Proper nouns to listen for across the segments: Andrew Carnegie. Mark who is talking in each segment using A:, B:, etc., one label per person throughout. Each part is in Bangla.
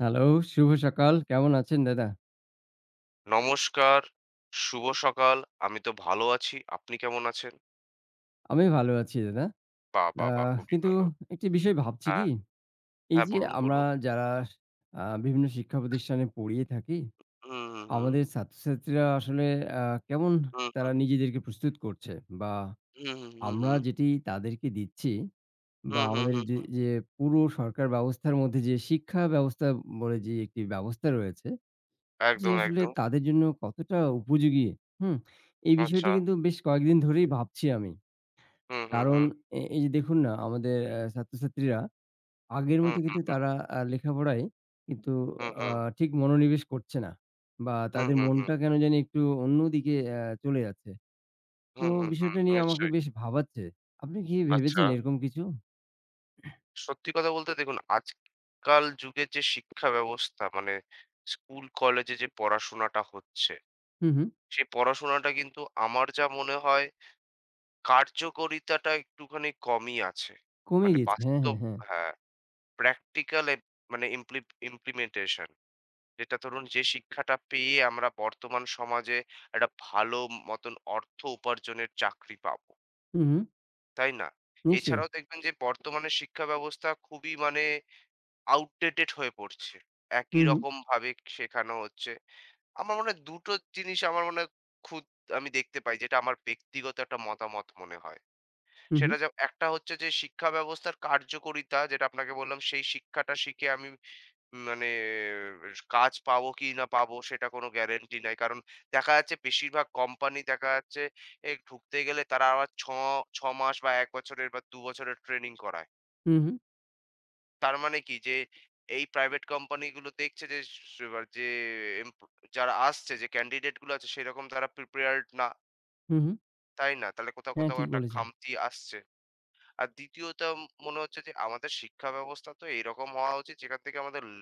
A: হ্যালো, শুভ সকাল। কেমন আছেন দাদা?
B: নমস্কার, শুভ সকাল। আমি তো ভালো আছি। আপনি কেমন আছেন?
A: আমি ভালো আছি দাদা।
B: বাহ!
A: আ
B: বাহ! বাহ! খুবই
A: কিন্তু
B: ভালো।
A: একটি বিষয় ভাবছি কি,
B: হ্যাঁ,
A: এই
B: হ্যাঁ
A: যে
B: বলুন,
A: আমরা
B: বলুন।
A: যারা বিভিন্ন শিক্ষা প্রতিষ্ঠানে পড়িয়ে থাকি,
B: হুম, হুম, হুম।
A: আমাদের ছাত্রছাত্রীরা আসলে আ কেমন
B: হুম, হুম,
A: তারা
B: হুম।
A: নিজেদেরকে প্রস্তুত করছে? বা
B: হুম, হুম,
A: আমরা
B: হুম।
A: যেটি তাদেরকে দিচ্ছি বা
B: হুম, হুম,
A: আমাদের যে
B: হুম।
A: যে পুরো সরকার ব্যবস্থার মধ্যে যে শিক্ষা ব্যবস্থা বলে যে একটি ব্যবস্থা রয়েছে, যে
B: একদম,
A: আসলে
B: একদম।
A: তাদের জন্য কতটা উপযোগী? হুম? এই
B: আচ্ছা।
A: বিষয়টি কিন্তু বেশ কয়েকদিন ধরেই ভাবছি আমি।
B: হুম, হুম,
A: কারণ
B: হুম।
A: এই যে দেখুন না আমাদের ছাত্রছাত্রীরা আগের
B: হুম,
A: মতো কিন্তু তারা লেখাপড়ায় কিন্তু
B: হুম,
A: আ
B: হুম।
A: ঠিক মনোনিবেশ করছে না। বা
B: হুম,
A: তাদের
B: হুম, হুম।
A: মনটা কেন জানি একটু অন্যদিকে চলে যাচ্ছে। তো
B: হুম, হুম, হুম।
A: বিষয়টা নিয়ে আমাকে
B: নিশ্চয়ই।
A: বেশ ভাবাচ্ছে। আপনি কি
B: আচ্ছা।
A: ভেবেছেন এরকম কিছু?
B: সত্যি কথা বলতে দেখুন আজকাল যুগের যে শিক্ষা ব্যবস্থা মানে স্কুল কলেজে যে পড়াশোনাটা হচ্ছে,
A: হু, হু।
B: সেই পড়াশোনাটা কিন্তু আমার যা মনে হয় কার্যকরিতাটা একটুখানি কমই আছে।
A: কমে
B: মানে
A: গিয়েছে। হ্যাঁ,
B: বাস্তব
A: হ্যাঁ, হ্যাঁ।
B: হ্যাঁ, প্র্যাকটিক্যাল এ মানে ইমপ্লিমেন্টেশন। যেটা ধরুন যে শিক্ষাটা পেয়ে আমরা বর্তমান সমাজে একটা ভালো মতন অর্থ উপার্জনের চাকরি পাবো।
A: হু, হু।
B: তাই না?
A: নিশ্চয়ই।
B: এছাড়াও দেখবেন যে বর্তমানে শিক্ষা ব্যবস্থা খুবই মানে আউটডেটেড হয়ে পড়ছে।
A: হু,
B: একই
A: হু,
B: রকমভাবে শেখানো হচ্ছে। আমার মনে হয় দুটো জিনিস আমার মনে হয় খুদ আমি দেখতে পাই যেটা আমার ব্যক্তিগত একটা মতামত মনে হয়।
A: হু, হু,
B: সেটা যে একটা হচ্ছে যে শিক্ষা ব্যবস্থার কার্যকারিতা যেটা আপনাকে বললাম সেই শিক্ষাটা শিখে আমি মানে কাজ পাবো কি না পাবো সেটা কোনো গ্যারেন্টি নাই কারণ দেখা যাচ্ছে বেশিরভাগ কোম্পানি দেখা যাচ্ছে এ ঢুকতে গেলে তারা আবার ছ ছ মাস বা এক বছরের বা দু বছরের ট্রেনিং করায়
A: হু, হু,
B: তার মানে কি যে এই প্রাইভেট কোম্পানিগুলো দেখছে যে এবার যে এম- যারা আসছে যে ক্যান্ডিডেট গুলো আছে সেরকম তারা প্রিপেয়ার্ড না
A: হু, হু।
B: তাই না তাহলে কোথাও
A: হ্যাঁ,
B: কোথাও
A: ঠিক
B: একটা
A: বলেছেন।
B: খামতি আসছে আর দ্বিতীয়টা মনে হচ্ছে যে আমাদের শিক্ষা ব্যবস্থা তো এরকম হওয়া উচিত যেখান থেকে আমাদের ল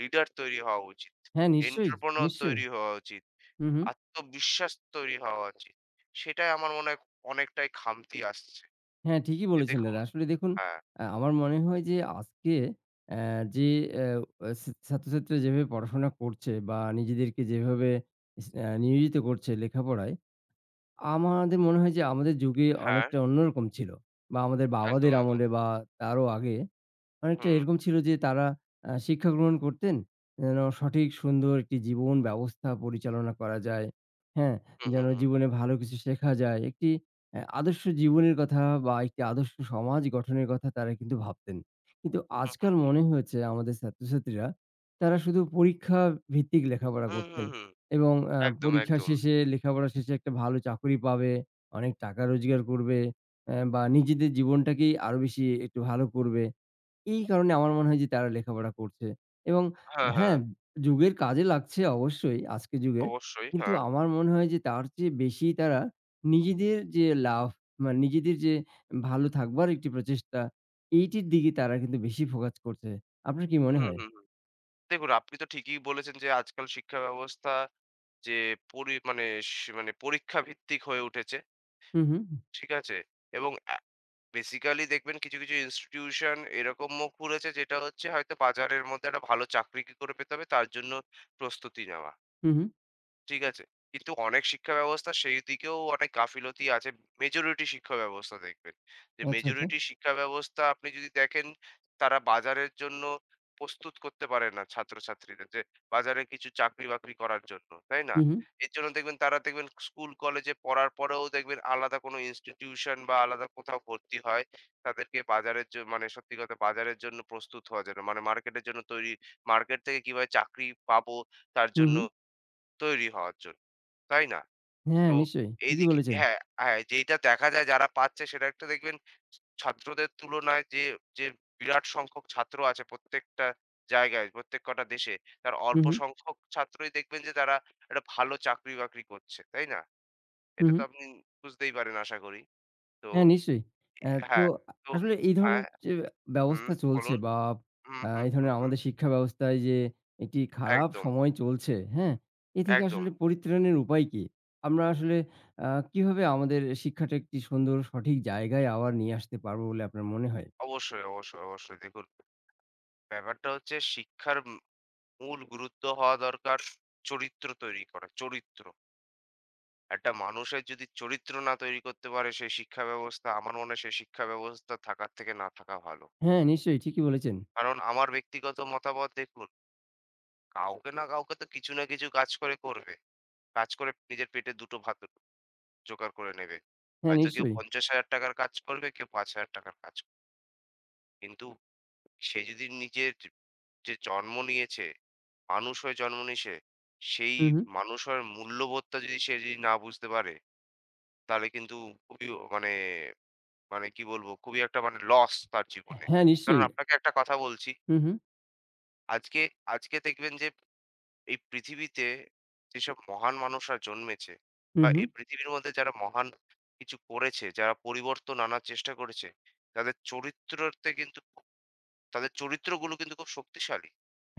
B: লিডার তৈরি হওয়া উচিত,
A: হ্যাঁ, নিশ্চয়ই,
B: এন্টারপ্রেনিউর
A: নিশ্চয়ই।
B: তৈরি হওয়া উচিত,
A: হু, হু।
B: আত্মবিশ্বাস তৈরি হওয়া উচিত। সেটাই আমার মনে হয় অনেকটাই খামতি আসছে।
A: হ্যাঁ, ঠিকই
B: যে
A: বলেছেন
B: দেখুন
A: দাদা। আসলে দেখুন
B: হ্যাঁ,
A: আমার মনে হয় যে আজকে যে অ্যা অ্যা ছাত্রছাত্রীরা যেভাবে পড়াশোনা করছে বা নিজেদেরকে যেভাবে নিয়োজিত করছে লেখাপড়ায়, আমাদের মনে হয় যে আমাদের যুগে
B: হ্যাঁ,
A: অনেকটা অন্যরকম ছিল। বা আমাদের
B: একদম,
A: বাবাদের
B: একদম।
A: আমলে বা তারও আগে অনেকটা
B: হুম,
A: এরকম ছিল যে তারা শিক্ষা গ্রহণ করতেন যেন সঠিক সুন্দর একটি জীবন ব্যবস্থা পরিচালনা করা যায়। হ্যাঁ?
B: হুম, হুম,
A: যেন
B: হুম,
A: জীবনে ভালো কিছু শেখা যায়। একটি আদর্শ জীবনের কথা বা একটি আদর্শ সমাজ গঠনের কথা তারা কিন্তু ভাবতেন। কিন্তু
B: হুম,
A: আজকাল
B: হুম,
A: মনে হয়েছে আমাদের ছাত্রছাত্রীরা তারা শুধু পরীক্ষা ভিত্তিক লেখাপড়া
B: হুম, হুম,
A: করছেন
B: হুম।
A: এবং
B: একদম,
A: পরীক্ষা
B: একদম।
A: শেষে লেখাপড়া শেষে একটা ভালো চাকরি পাবে, অনেক টাকা রোজগার করবে বা নিজেদের জীবনটাকেই আরো বেশি একটু ভালো করবে। এই কারণে আমার মনে হয় যে তারা লেখাপড়া করছে এবং
B: হ্যাঁ, হ্যাঁ,
A: হ্যাঁ, যুগের কাজে লাগছে অবশ্যই আজকের যুগের।
B: অবশ্যই,
A: কিন্তু
B: হ্যাঁ।
A: আমার মনে হয় যে তার চেয়ে বেশি তারা নিজেদের যে লাভ মানে নিজেদের যে ভালো থাকবার একটি প্রচেষ্টা, এইটির দিকে তারা কিন্তু বেশি ফোকাস করছে। আপনার কি মনে
B: হুম,
A: হয়?
B: হুম, হুম। দেখুন আপনি তো ঠিকই বলেছেন যে আজকাল শিক্ষা ব্যবস্থা যে মানে স মানে পরীক্ষা ভিত্তিক হয়ে উঠেছে।
A: হু, হু,
B: ঠিক আছে? এবং অ্যা বেসিক্যালি দেখবেন কিছু, কিছু ইনস্টিটিউশন এরকম মুখ খুলেছে যেটা হচ্ছে হয়তো বাজারের মধ্যে একটা ভালো চাকরি কি করে পেতে হবে তার জন্য প্রস্তুতি নেওয়া।
A: হু, হু।
B: ঠিক আছে? কিন্তু অনেক শিক্ষা ব্যবস্থা সেই দিকেও অনেক গাফিলতি আছে। মেজরিটি শিক্ষা ব্যবস্থা দেখবেন। যে
A: আচ্ছা, আচ্ছা।
B: মেজরিটি শিক্ষা ব্যবস্থা আপনি যদি দেখেন তারা বাজারের জন্য প্রস্তুত করতে পারে না ছাত্রছাত্রীদের যে বাজারে কিছু চাকরি-বাকরি করার জন্য। তাই না?
A: হু, হু,
B: এর জন্য দেখবেন তারা দেখবেন স্কুল কলেজে পড়ার পরেও দেখবেন আলাদা কোনো ইনস্টিটিউশন বা আলাদা কোথাও ভর্তি হয়। তাদেরকে বাজারের মানে সত্যি কথা বাজারের জন্য প্রস্তুত হওয়া যায় না। মানে মার্কেটের জন্য তৈরি মার্কেট থেকে কিভাবে চাকরি পাবো তার
A: হু,
B: জন্য
A: হু।
B: তৈরি হওয়ার জন্য। তাই না?
A: হ্যাঁ,
B: তো
A: নিশ্চয়ই। ঠিকই
B: এইদিকে
A: বলেছেন।
B: হ্যাঁ, হ্যাঁ, যেইটা দেখা যায় যারা পাচ্ছে সেটা একটা দেখবেন ছাত্রদের তুলনায় যে, যে বিরাট সংখ্যক ছাত্র আছে প্রত্যেকটা জায়গায়, প্রত্যেক কটা দেশে, তার
A: হু,
B: অল্প
A: হু,
B: সংখ্যক ছাত্রই দেখবেন যে তারা একটা ভালো চাকরি-বাকরি করছে। তাই না?
A: হু,
B: এটা
A: হু।
B: তো আপনি বুঝতেই পারেন আশা করি। তো
A: হ্যাঁ, নিশ্চয়ই। তো
B: হ্যাঁ, তো
A: আসলে এই
B: হ্যাঁ,
A: ধরনের যে
B: হুম,
A: ব্যবস্থা চলছে
B: বলুন।
A: বা
B: হুম, হুম,
A: এই
B: হুম,
A: ধরনের
B: হুম।
A: আমাদের শিক্ষা ব্যবস্থায় যে একটি খারাপ
B: একদম,
A: সময় চলছে, হ্যাঁ? এ থেকে
B: একদম।
A: আসলে পরিত্রাণের উপায় কি? আমরা আসলে কিভাবে আমাদের শিক্ষাটা একটি সুন্দর সঠিক জায়গায় আবার নিয়ে আসতে পারবো বলে আপনার মনে হয়?
B: অবশ্যই, অবশ্যই, অবশ্যই। দেখুন ব্যাপারটা হচ্ছে শিক্ষার মূল গুরুত্ব হওয়া দরকার চরিত্র তৈরি করা, চরিত্র। একটা মানুষের যদি চরিত্র না তৈরি করতে পারে সেই শিক্ষা ব্যবস্থা আমার মনে হয় সেই শিক্ষা ব্যবস্থা থাকার থেকে না থাকা ভালো।
A: হ্যাঁ, নিশ্চয়ই ঠিকই বলেছেন।
B: কারণ আমার ব্যক্তিগত মতামত দেখুন, কাউকে না কাউকে তো কিছু না কিছু কাজ করে করবে। কাজ করে নিজের পেটে দুটো ভাত জোগাড় করে নেবে।
A: হ্যাঁ,
B: হয়তো কেউ
A: নিশ্চয়ই।
B: ৳৫০,০০০ র কাজ করবে, কেউ ৳৫,০০০ র কাজ করবে। কিন্তু সে যদি নিজের যে জন্ম নিয়েছে, মানুষ হয়ে জন্ম নিয়েছে, সেই
A: হু, হু।
B: মানুষ হওয়ার মূল্যবোধটা যদি সে যদি না বুঝতে পারে, তাহলে কিন্তু খুবই ও মানে, মানে কি বলবো? খুবই একটা মানে লস তার জীবনে।
A: হ্যাঁ,
B: কারণ
A: নিশ্চয়ই।
B: আপনাকে একটা কথা বলছি,
A: হু, হু,
B: আজকে আজকে দেখবেন যে এই পৃথিবীতে যেসব মহান মানুষরা জন্মেছে
A: হু,
B: বা
A: হু।
B: এই পৃথিবীর মধ্যে যারা মহান কিছু করেছে, যারা পরিবর্তন আনার চেষ্টা করেছে, তাদের চরিত্রতে কিন্তু তাদের চরিত্রগুলো কিন্তু খুব শক্তিশালী।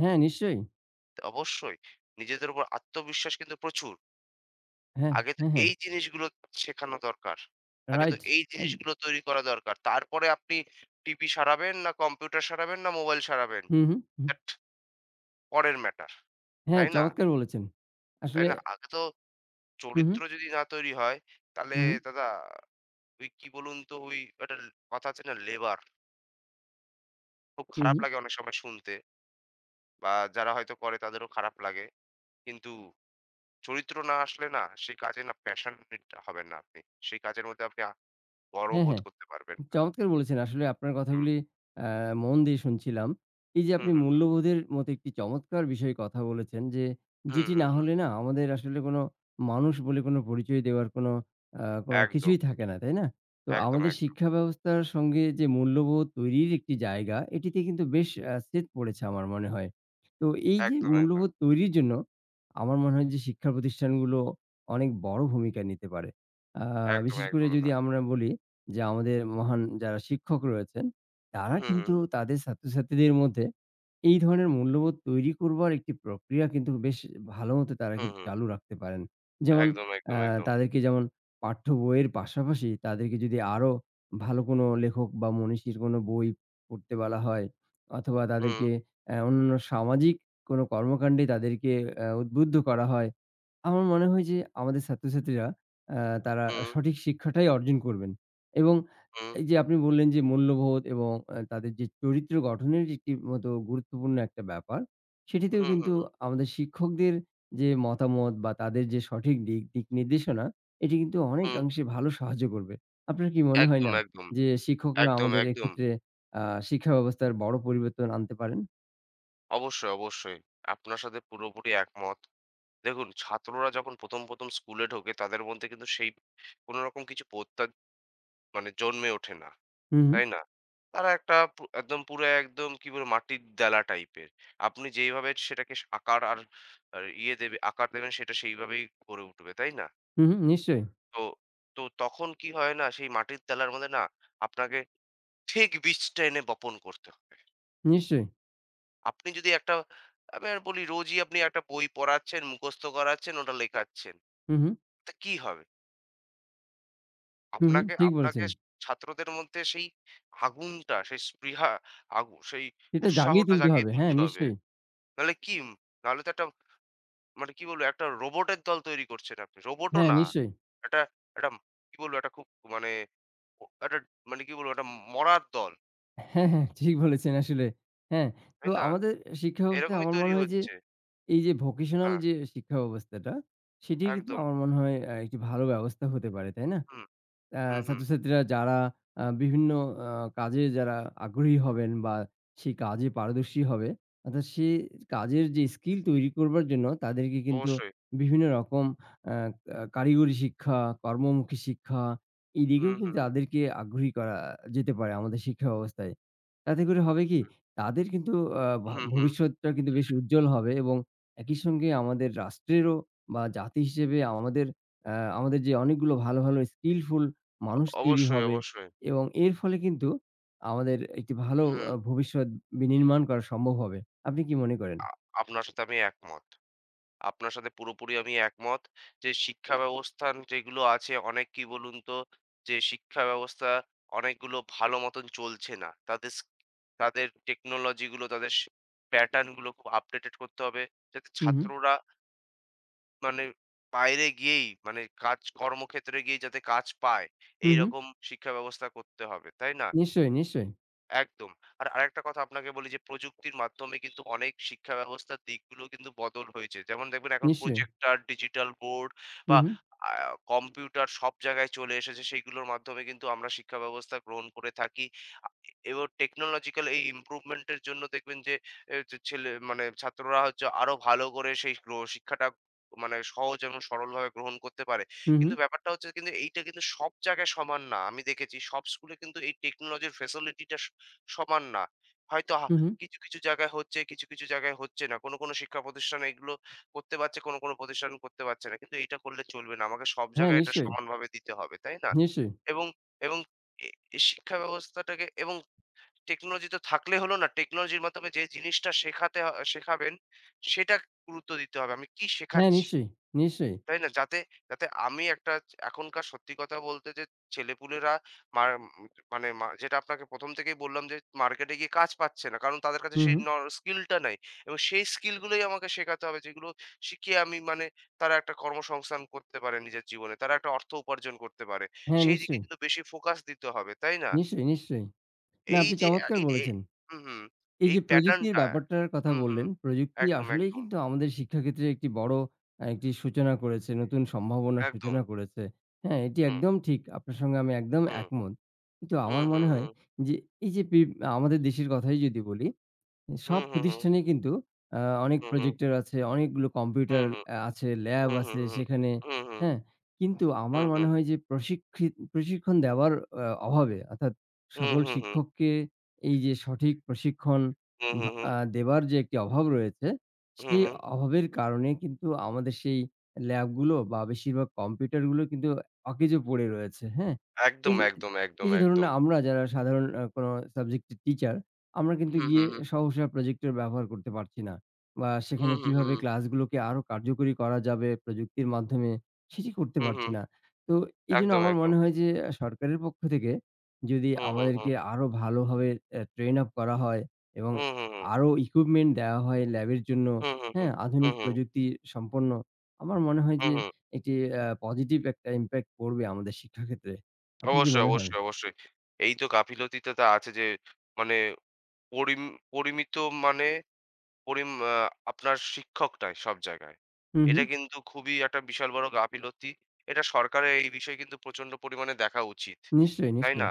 A: হ্যাঁ, নিশ্চয়ই।
B: অবশ্যই। নিজেদের উপর আত্মবিশ্বাস কিন্তু প্রচুর।
A: হ্যাঁ,
B: আগে তো
A: হ্যাঁ, হ্যাঁ।
B: এই জিনিসগুলো শেখানো দরকার। আগে তো
A: রাইট।
B: এই জিনিসগুলো তৈরি করা দরকার। তারপরে আপনি টিভি সারাবেন না কম্পিউটার সারাবেন না মোবাইল সারাবেন।
A: হু, হু, হু।
B: দ্যাট পরের ম্যাটার।
A: হ্যাঁ,
B: তাই না?
A: চমৎকার বলেছেন।
B: তাই
A: আসলে
B: না? আগে তো
A: হু, হু,
B: চরিত্র যদি না তৈরি হয় তাহলে
A: হু, হু।
B: দাদা ওই কি বলুন তো ওই একটা কথা আছে না লেবার। খুব
A: হুম,
B: খারাপ
A: হুম।
B: লাগে অনেক সময় শুনতে বা যারা হয়তো করে তাদেরও খারাপ লাগে। কিন্তু চরিত্র না আসলে না সেই কাজে না প্যাশনেট হবেন না আপনি। সেই কাজের মধ্যে আপনি
A: হ্যাঁ,
B: গর্ববোধ
A: হ্যাঁ।
B: করতে পারবেন না।
A: চমৎকার বলেছেন। আসলে আপনার
B: হুম,
A: কথাগুলি অ্যা মন দিয়ে শুনছিলাম। এই যে
B: হুম,
A: আপনি
B: হুম,
A: মূল্যবোধের মতো একটি চমৎকার বিষয়ে কথা বলেছেন যে,
B: হুম,
A: যেটি
B: হুম,
A: না
B: হুম।
A: হলে না আমাদের আসলে কোনো মানুষ বলে কোনো পরিচয় দেওয়ার কোনো কোনো
B: একদম,
A: কিছুই থাকে না, তাই না? তো
B: একদম,
A: আমাদের
B: একদম,
A: শিক্ষা ব্যবস্থার সঙ্গে যে মূল্যবোধ তৈরির একটি জায়গা, এটিতে কিন্তু বেশ ছেদ পড়েছে আমার মনে হয়। তো এই যে
B: একদম, একদম,
A: মূল্যবোধ তৈরির জন্য আমার মনে হয় যে শিক্ষা প্রতিষ্ঠানগুলো অনেক বড় ভূমিকা নিতে পারে। আ
B: একদম,
A: বিশেষ করে
B: একদম না।
A: যদি আমরা বলি যে আমাদের মহান যারা শিক্ষক রয়েছেন, তারা হুম।
B: হুম, হুম,
A: কিন্তু তাদের ছাত্রছাত্রীদের মধ্যে এই ধরনের মূল্যবোধ তৈরি করবার একটি প্রক্রিয়া কিন্তু বেশ ভালো মতো তারা
B: হুম,
A: কিন্তু
B: হুম।
A: চালু রাখতে পারেন। যেমন
B: একদম, একদম,
A: আ
B: একদম।
A: তাদেরকে যেমন পাঠ্য বইয়ের পাশাপাশি তাদেরকে যদি আরো ভালো কোনো লেখক বা মনীষীর কোনো বই পড়তে বলা হয় অথবা
B: হুম,
A: তাদেরকে অন্যান্য সামাজিক কোনো কর্মকাণ্ডে তাদেরকে উদ্বুদ্ধ করা হয়। আমার মনে হয় যে আমাদের ছাত্রছাত্রীরা আ তারা হুম।
B: হুম,
A: সঠিক শিক্ষাটাই অর্জন করবেন এবং
B: হুম,
A: এই যে আপনি বললেন যে মূল্যবোধ এবং তাদের যে চরিত্র গঠনের যে একটি মতো গুরুত্বপূর্ণ একটা ব্যাপার, সেটিতেও
B: হুম, হুম,
A: কিন্তু
B: হুম।
A: আমাদের শিক্ষকদের যে মতামত বা তাদের যে সঠিক দিক নির্দেশনা এটি কিন্তু
B: হুম,
A: অনেকাংশে ভালো সাহায্য করবে। আপনার কি মনে হয়
B: একদম,
A: না
B: একদম,
A: যে শিক্ষকরা
B: একদম,
A: আমাদের
B: একদম।
A: এক্ষেত্রে আ শিক্ষা ব্যবস্থার বড় পরিবর্তন আনতে পারেন?
B: অবশ্যই, অবশ্যই। আপনার সাথে পুরোপুরি একমত। দেখুন ছাত্ররা যখন ১ম স্কুলে ঢোকে তাদের মধ্যে কিন্তু সেই কোন রকম কিছু মানে জন্মে ওঠে না।
A: হু, হু,
B: তাই না? তারা একটা একদম পুরো একদম কি বলবো মাটির দেলা টাইপের। আপনি যেইভাবে সেটাকে আকার আর আর ইয়ে দেবে আকার দেবেন সেটা সেইভাবেই গড়ে উঠবে, তাই না?
A: হু, হু, নিশ্চয়ই,
B: তো তো তখন কি হয় না সেই মাটির দেলার মধ্যে না আপনাকে ঠিক বীজটা এনে বপন করতে হবে।
A: নিশ্চয়ই।
B: আপনি যদি একটা আমি আর বলি রোজই আপনি একটা বই পড়াচ্ছেন, মুখস্থ করাচ্ছেন, ওটা লেখাচ্ছেন।
A: হু, হু,
B: তো কি হবে?
A: হু, হু,
B: আপনাকে
A: ঠিক
B: আপনাকে
A: বলেছেন।
B: ছাত্রদের মধ্যে সেই আগুনটা, সেই স্পৃহা আগু সেই
A: সেটা জাগিয়ে
B: উৎসাহটা
A: তুলতে
B: জাগিয়ে
A: হবে। হ্যাঁ,
B: তুলতে হবে।
A: নিশ্চয়ই।
B: নাহলে কি নাহলে তো একটা মানে কি বলবো একটা রোবটের দল তৈরি করছেন আপনি। রোবটও
A: হ্যাঁ,
B: না।
A: নিশ্চয়ই।
B: একটা একটা কি বলবো একটা খুব মানে ও একটা মানে কি বলবো একটা মরার দল।
A: হ্যাঁ, হ্যাঁ, ঠিক বলেছেন আসলে। হ্যাঁ, তো
B: তাই না?
A: আমাদের শিক্ষা ব্যবস্থায়
B: এরকমই
A: আমার
B: তৈরি
A: মনে হয় যে
B: হচ্ছে।
A: এই যে ভোকেশনাল
B: হ্যাঁ,
A: যে শিক্ষা ব্যবস্থাটা, সেটি কিন্তু
B: একদম।
A: আমার মনে হয় একটি ভালো ব্যবস্থা হতে পারে। তাই না?
B: হুম,
A: আ
B: হুম, হুম।
A: ছাত্রছাত্রীরা যারা বিভিন্ন আ কাজে যারা আগ্রহী হবেন বা সেই কাজে পারদর্শী হবে, অর্থাৎ সে কাজের যে স্কিল তৈরি করবার জন্য তাদেরকে কিন্তু
B: অবশ্যই।
A: বিভিন্ন রকম আ আ কারিগরি শিক্ষা, কর্মমুখী শিক্ষা এদিকেও
B: হুম,
A: কিন্তু
B: হুম,
A: তাদেরকে আগ্রহী করা যেতে পারে আমাদের শিক্ষা ব্যবস্থায়। তাতে করে হবে কি?
B: হুম,
A: তাদের কিন্তু আ ভ
B: হুম, হুম।
A: ভবিষ্যৎটা কিন্তু বেশ উজ্জ্বল হবে এবং একই সঙ্গে আমাদের রাষ্ট্রেরও বা জাতি হিসেবে আমাদের আ আমাদের যে অনেকগুলো ভালো, ভালো স্কিলফুল মানুষ তৈরি
B: অবশ্যই,
A: হবে
B: অবশ্যই।
A: এবং এর ফলে কিন্তু আমাদের একটি ভালো
B: হুম।
A: ভবিষ্যৎ বিনির্মাণ করা সম্ভব হবে। আপনি কি মনে করেন?
B: আ আপনার সাথে আমি একমত। আপনার সাথে পুরোপুরি আমি একমত যে শিক্ষা ব্যবস্থান যেগুলো আছে অনেক কি বলুন তো যে শিক্ষা ব্যবস্থা অনেকগুলো ভালো মতন চলছে না তাদের তাদের টেকনোলজিগুলো তাদের প্যাটার্ন গুলো খুব আপডেটেড করতে হবে যাতে
A: হু, হু,
B: ছাত্ররা মানে বাইরে গিয়েই মানে কাজ কর্মক্ষেত্রে গিয়ে যাতে কাজ পায়
A: হু,
B: এই
A: হু।
B: রকম শিক্ষা ব্যবস্থা করতে হবে তাই না
A: নিশ্চয়ই, নিশ্চয়ই,
B: একদম। আর আরেকটা কথা আপনাকে বলি যে প্রযুক্তির মাধ্যমে কিন্তু অনেক শিক্ষা ব্যবস্থার দিকগুলো কিন্তু বদল হয়েছে। যেমন দেখবেন এখন
A: নিশ্চয়ই।
B: প্রজেক্টর, ডিজিটাল বোর্ড
A: হু,
B: বা
A: হু,
B: আ কম্পিউটার সব জায়গায় চলে এসেছে। সেইগুলোর মাধ্যমে কিন্তু আমরা শিক্ষা ব্যবস্থা গ্রহণ করে থাকি। আ এবং টেকনোলজিক্যাল এই ইমপ্রুভমেন্ট এর জন্য দেখবেন যে এ যে ছেলে মানে ছাত্ররা হচ্ছে আরো ভালো করে সেই শিক্ষাটা মানে সহজ এবং সরলভাবে গ্রহণ করতে পারে।
A: হু, হু,
B: কিন্তু ব্যাপারটা হচ্ছে কিন্তু এইটা কিন্তু সব জায়গায় সমান না। আমি দেখেছি সব স্কুলে কিন্তু এই টেকনোলজির ফেসিলিটিটা সমান না। হয়তো
A: হু, হু।
B: কিছু, কিছু জায়গায় হচ্ছে, কিছু, কিছু জায়গায় হচ্ছে না। কোনো, কোনো শিক্ষা প্রতিষ্ঠান এগুলো করতে পারছে, কোনো, কোনো প্রতিষ্ঠান করতে পারছে না। কিন্তু এটা করলে চলবে না। আমাকে সব
A: হ্যাঁ,
B: জায়গায় এটা
A: নিশ্চয়ই,
B: সমানভাবে দিতে হবে, তাই না?
A: নিশ্চয়ই।
B: এবং এবং এ এ শিক্ষা ব্যবস্থাটাকে এবং টেকনোলজি তো থাকলে হলো না। টেকনোলজির মাধ্যমে যে জিনিসটা শেখাতে শেখাবেন, সেটা গুরুত্ব দিতে হবে। আমি কি
A: হ্যাঁ,
B: শেখাচ্ছি?
A: নিশ্চয়ই, নিশ্চয়ই।
B: তাই না? যাতে যাতে আমি একটা এখনকার সত্যি কথা বলতে যে ছেলেপুলেরা মার উম, মানে যেটা আপনাকে ১ম থেকেই বললাম যে মার্কেটে গিয়ে কাজ পাচ্ছে না। কারণ তাদের কাছে
A: হু,
B: সেই
A: হু।
B: স্কিলটা নাই। এবং সেই স্কিলগুলোই আমাকে শেখাতে হবে যেগুলো শিখিয়ে আমি মানে তারা একটা কর্মসংস্থান করতে পারে নিজের জীবনে। তারা একটা অর্থ উপার্জন করতে পারে।
A: হ্যাঁ,
B: সেই দিকে
A: নিশ্চয়ই,
B: কিন্তু বেশি ফোকাস দিতে হবে, তাই না?
A: নিশ্চয়ই, নিশ্চয়ই। না,
B: এই
A: আপনি
B: যে আ
A: চমৎকার
B: এই যে
A: বলেছেন।
B: হুম, হুম।
A: এই
B: এই
A: যে প্রযুক্তির
B: প্যাটার্নটা
A: ব্যাপারটার কথা
B: হুম, হুম।
A: বললেন, প্রযুক্তি
B: একদম,
A: আসলেই
B: একদম,
A: কিন্তু আমাদের শিক্ষাক্ষেত্রে একটি বড় একটি সূচনা করেছে, নতুন সম্ভাবনার
B: একদম।
A: সূচনা করেছে। হ্যাঁ, এটি
B: হুম,
A: একদম ঠিক। আপনার সঙ্গে আমি একদম
B: হুম,
A: একমত। কিন্তু
B: হুম,
A: আমার
B: হুম,
A: মনে হয়
B: হুম,
A: যে এই যে আমাদের দেশের কথাই যদি বলি
B: হুম,
A: সব
B: হুম, হুম। হুম
A: প্রতিষ্ঠানেই কিন্তু আ অনেক
B: হু, হু,
A: প্রজেক্টর আছে, অনেকগুলো
B: হু,
A: কম্পিউটার
B: হু,
A: আছে,
B: হু,
A: ল্যাব
B: হু,
A: আছে সেখানে,
B: হু, হু,
A: হ্যাঁ? কিন্তু
B: হু,
A: আমার
B: হু,
A: মনে হয় যে প্রশিক্ষণ দেওয়ার অভাবে অর্থাৎ
B: হু,
A: সকল
B: হু,
A: শিক্ষককে এই যে সঠিক প্রশিক্ষণ
B: হু,
A: দেবার যে একটি অভাব রয়েছে,
B: হু, হু,
A: সেই
B: হু।
A: অভাবের কারণে কিন্তু আমাদের সেই ল্যাবগুলো বা বেশিরভাগ কম্পিউটারগুলো কিন্তু অকেজো পড়ে রয়েছে, হ্যাঁ? এই
B: একদম,
A: যে
B: একদম, একদম,
A: এই যে ধরুন
B: একদম।
A: আমরা যারা সাধারণ কোনো সাবজেক্টের টিচার আমরা কিন্তু
B: হু, হু,
A: গিয়ে
B: হু,
A: সহসা প্রজেক্টর ব্যবহার করতে পারছি না। বা
B: হু,
A: সেখানে
B: হু, হু,
A: কিভাবে ক্লাসগুলোকে আরো কার্যকরী করা যাবে প্রযুক্তির মাধ্যমে, সেটি করতে
B: হু, হু,
A: পারছি না। তো এজন্য
B: একদম,
A: আমার
B: একদম।
A: মনে হয় যে সরকারের পক্ষ থেকে যদি
B: হু, হু, হু,
A: আমাদেরকে আরো ভালোভাবে ট্রেন আপ করা হয় এবং
B: হু, হু, হু,
A: আরো ইকুইপমেন্ট দেওয়া হয় ল্যাবের জন্য,
B: হু, হু, হু,
A: হ্যাঁ?
B: হু,
A: আধুনিক
B: হু,
A: প্রযুক্তি সম্পন্ন। আমার মনে হয়
B: হু,
A: যে
B: হু।
A: এটি পজিটিভ একটা ইমপ্যাক্ট পড়বে আমাদের শিক্ষাক্ষেত্রে। আপনার কি
B: অবশ্যই,
A: মনে হয়?
B: অবশ্যই, অবশ্যই। এই তো গাফিলতিটা তো আছে যে মানে পরিম পরিমিত মানে পরিম আ আপনার শিক্ষক নাই সব জায়গায়।
A: হু, হু।
B: এটা কিন্তু খুবই একটা বিশাল বড় গাফিলতি। এটা সরকারের এই বিষয়ে কিন্তু প্রচন্ড পরিমাণে দেখা উচিত।
A: নিশ্চয়ই,
B: তাই
A: নিশ্চয়ই।
B: না?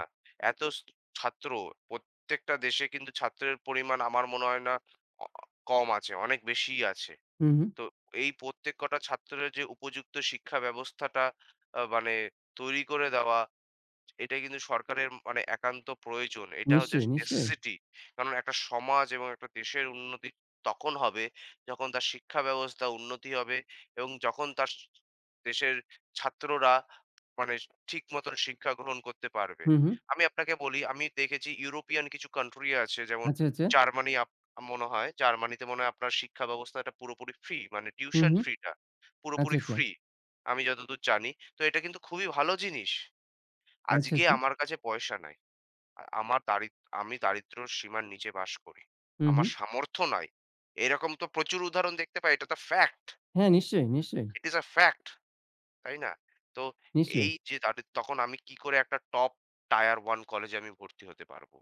B: এত স ছাত্র প্রত্যেকটা দেশে কিন্তু ছাত্রের পরিমাণ আমার মনে হয় না অ কম আছে, অনেক বেশিই আছে।
A: হু, হু।
B: তো এই প্রত্যেক কটা ছাত্রের যে উপযুক্ত শিক্ষা ব্যবস্থাটা মানে তৈরি করে দেওয়া এটা কিন্তু সরকারের মানে একান্ত প্রয়োজন। এটা হচ্ছে
A: নিশ্চয়ই, নিশ্চয়ই।
B: নেসেসিটি। কারণ একটা সমাজ এবং একটা দেশের উন্নতি তখন হবে যখন তার শিক্ষা ব্যবস্থা উন্নতি হবে এবং যখন তার দেশের ছাত্ররা মানে ঠিক মতন শিক্ষা গ্রহণ করতে পারবে।
A: হুম, হুম।
B: আমি আপনাকে বলি আমি দেখেছি ইউরোপিয়ান কিছু কান্ট্রি আছে যেমন
A: আচ্ছা, আচ্ছা।
B: জার্মানি আপ মনে হয় জার্মানিতে মনে হয় আপনার শিক্ষা ব্যবস্থাটা পুরোপুরি ফ্রি মানে
A: হুম,
B: টিউশন
A: হুম।
B: ফি টা
A: আচ্ছা,
B: পুরোপুরি
A: আচ্ছা।
B: ফ্রি। আমি যতদূর জানি। তো এটা কিন্তু খুবই ভালো জিনিস।
A: আচ্ছা,
B: আজকে
A: আচ্ছা।
B: আমার কাছে পয়সা নাই। আ আমার দারিদ আমি দারিদ্র্যর সীমার নিচে বাস করি।
A: হুম,
B: আমার
A: হুম।
B: সামর্থ্য নাই। এরকম তো প্রচুর উদাহরণ দেখতে পাই। এটা তো ফ্যাক্ট।
A: হ্যাঁ, নিশ্চয়ই, নিশ্চয়ই,
B: ইট ইস আ ফ্যাক্ট, তাই না? তো
A: নিশ্চয়ই।
B: এই যে তখন আমি কি করে একটা টপ টায়ার 1 কলেজে আমি ভর্তি হতে পারবো?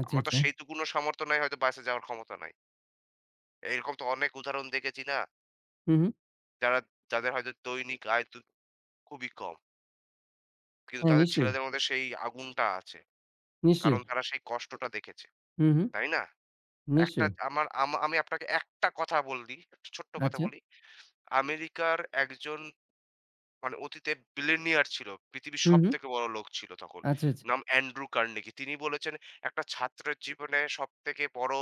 A: আচ্ছা,
B: আমার তো
A: আচ্ছা।
B: সেইটুকুনও সামর্থ্য নাই হয়তো বাসে যাওয়ার ক্ষমতা নাই। এরকম তো অনেক উদাহরণ দেখেছি না?
A: হুম, হুম।
B: যারা যাদের হয়তো দৈনিক আয় তো খুবই কম। কিন্তু
A: হ্যাঁ,
B: তাদের
A: নিশ্চয়ই,
B: ছেলেদের মধ্যে সেই আগুনটা আছে।
A: নিশ্চয়ই।
B: কারণ তারা সেই কষ্টটা দেখেছে।
A: হুম, হুম।
B: তাই না? একটা
A: নিশ্চয়ই।
B: আমার আমা আমি আপনাকে একটা কথা বলি, একটা ছোট্ট কথা
A: আচ্ছা।
B: বলি। আমেরিকার একজন মানে অতীতে billionaire ছিল। পৃথিবীর
A: হুম, হুম।
B: সবথেকে বড় লোক ছিল তখন।
A: আচ্ছা, আচ্ছা।
B: নাম অ্যান্ড্রু কার্নেগি। তিনি বলেছেন, "একটা ছাত্রের জীবনে সবথেকে বড়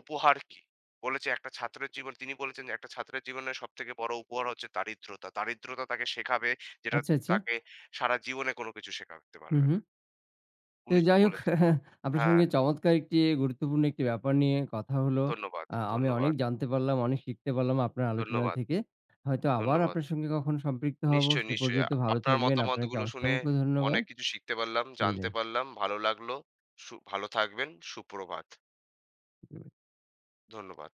B: উপহার কি?" বলেছে একটা ছাত্রের জীবন তিনি বলেছেন, যে "একটা ছাত্রের জীবনে সবথেকে বড় উপহার হচ্ছে দারিদ্রতা। দারিদ্রতা তাকে শেখাবে যেটা
A: আচ্ছা, আচ্ছা।
B: তাকে সারা জীবনে কোনো কিছু শেখাতে
A: হুম,
B: পারবে না।"
A: হুম। তো
B: উনি
A: যাই হোক
B: বলেছেন।
A: আপনার
B: হ্যাঁ,
A: সঙ্গে চমৎকার একটি গুরুত্বপূর্ণ একটি ব্যাপার নিয়ে কথা হলো।
B: ধন্যবাদ,
A: আমি অনেক
B: ধন্যবাদ,
A: জানতে পারলাম, অনেক শিখতে পারলাম আপনার আলোচনা
B: ধন্যবাদ,
A: থেকে। হয়তো আবার
B: ধন্যবাদ।
A: আপনার সঙ্গে কখনো সম্পৃক্ত হব।
B: নিশ্চয়ই,
A: সে
B: নিশ্চয়ই।
A: পর্যন্ত ভালো
B: আপনার
A: থাকবেন। আপনাকে
B: মতামতগুলো শুনে
A: অসংখ্য ধন্যবাদ।
B: অনেক কিছু শিখতে পারলাম, জানতে
A: বিদায়।
B: পারলাম। ভালো লাগলো। ভালো থাকবেন। সুপ্রভাত। ধন্যবাদ।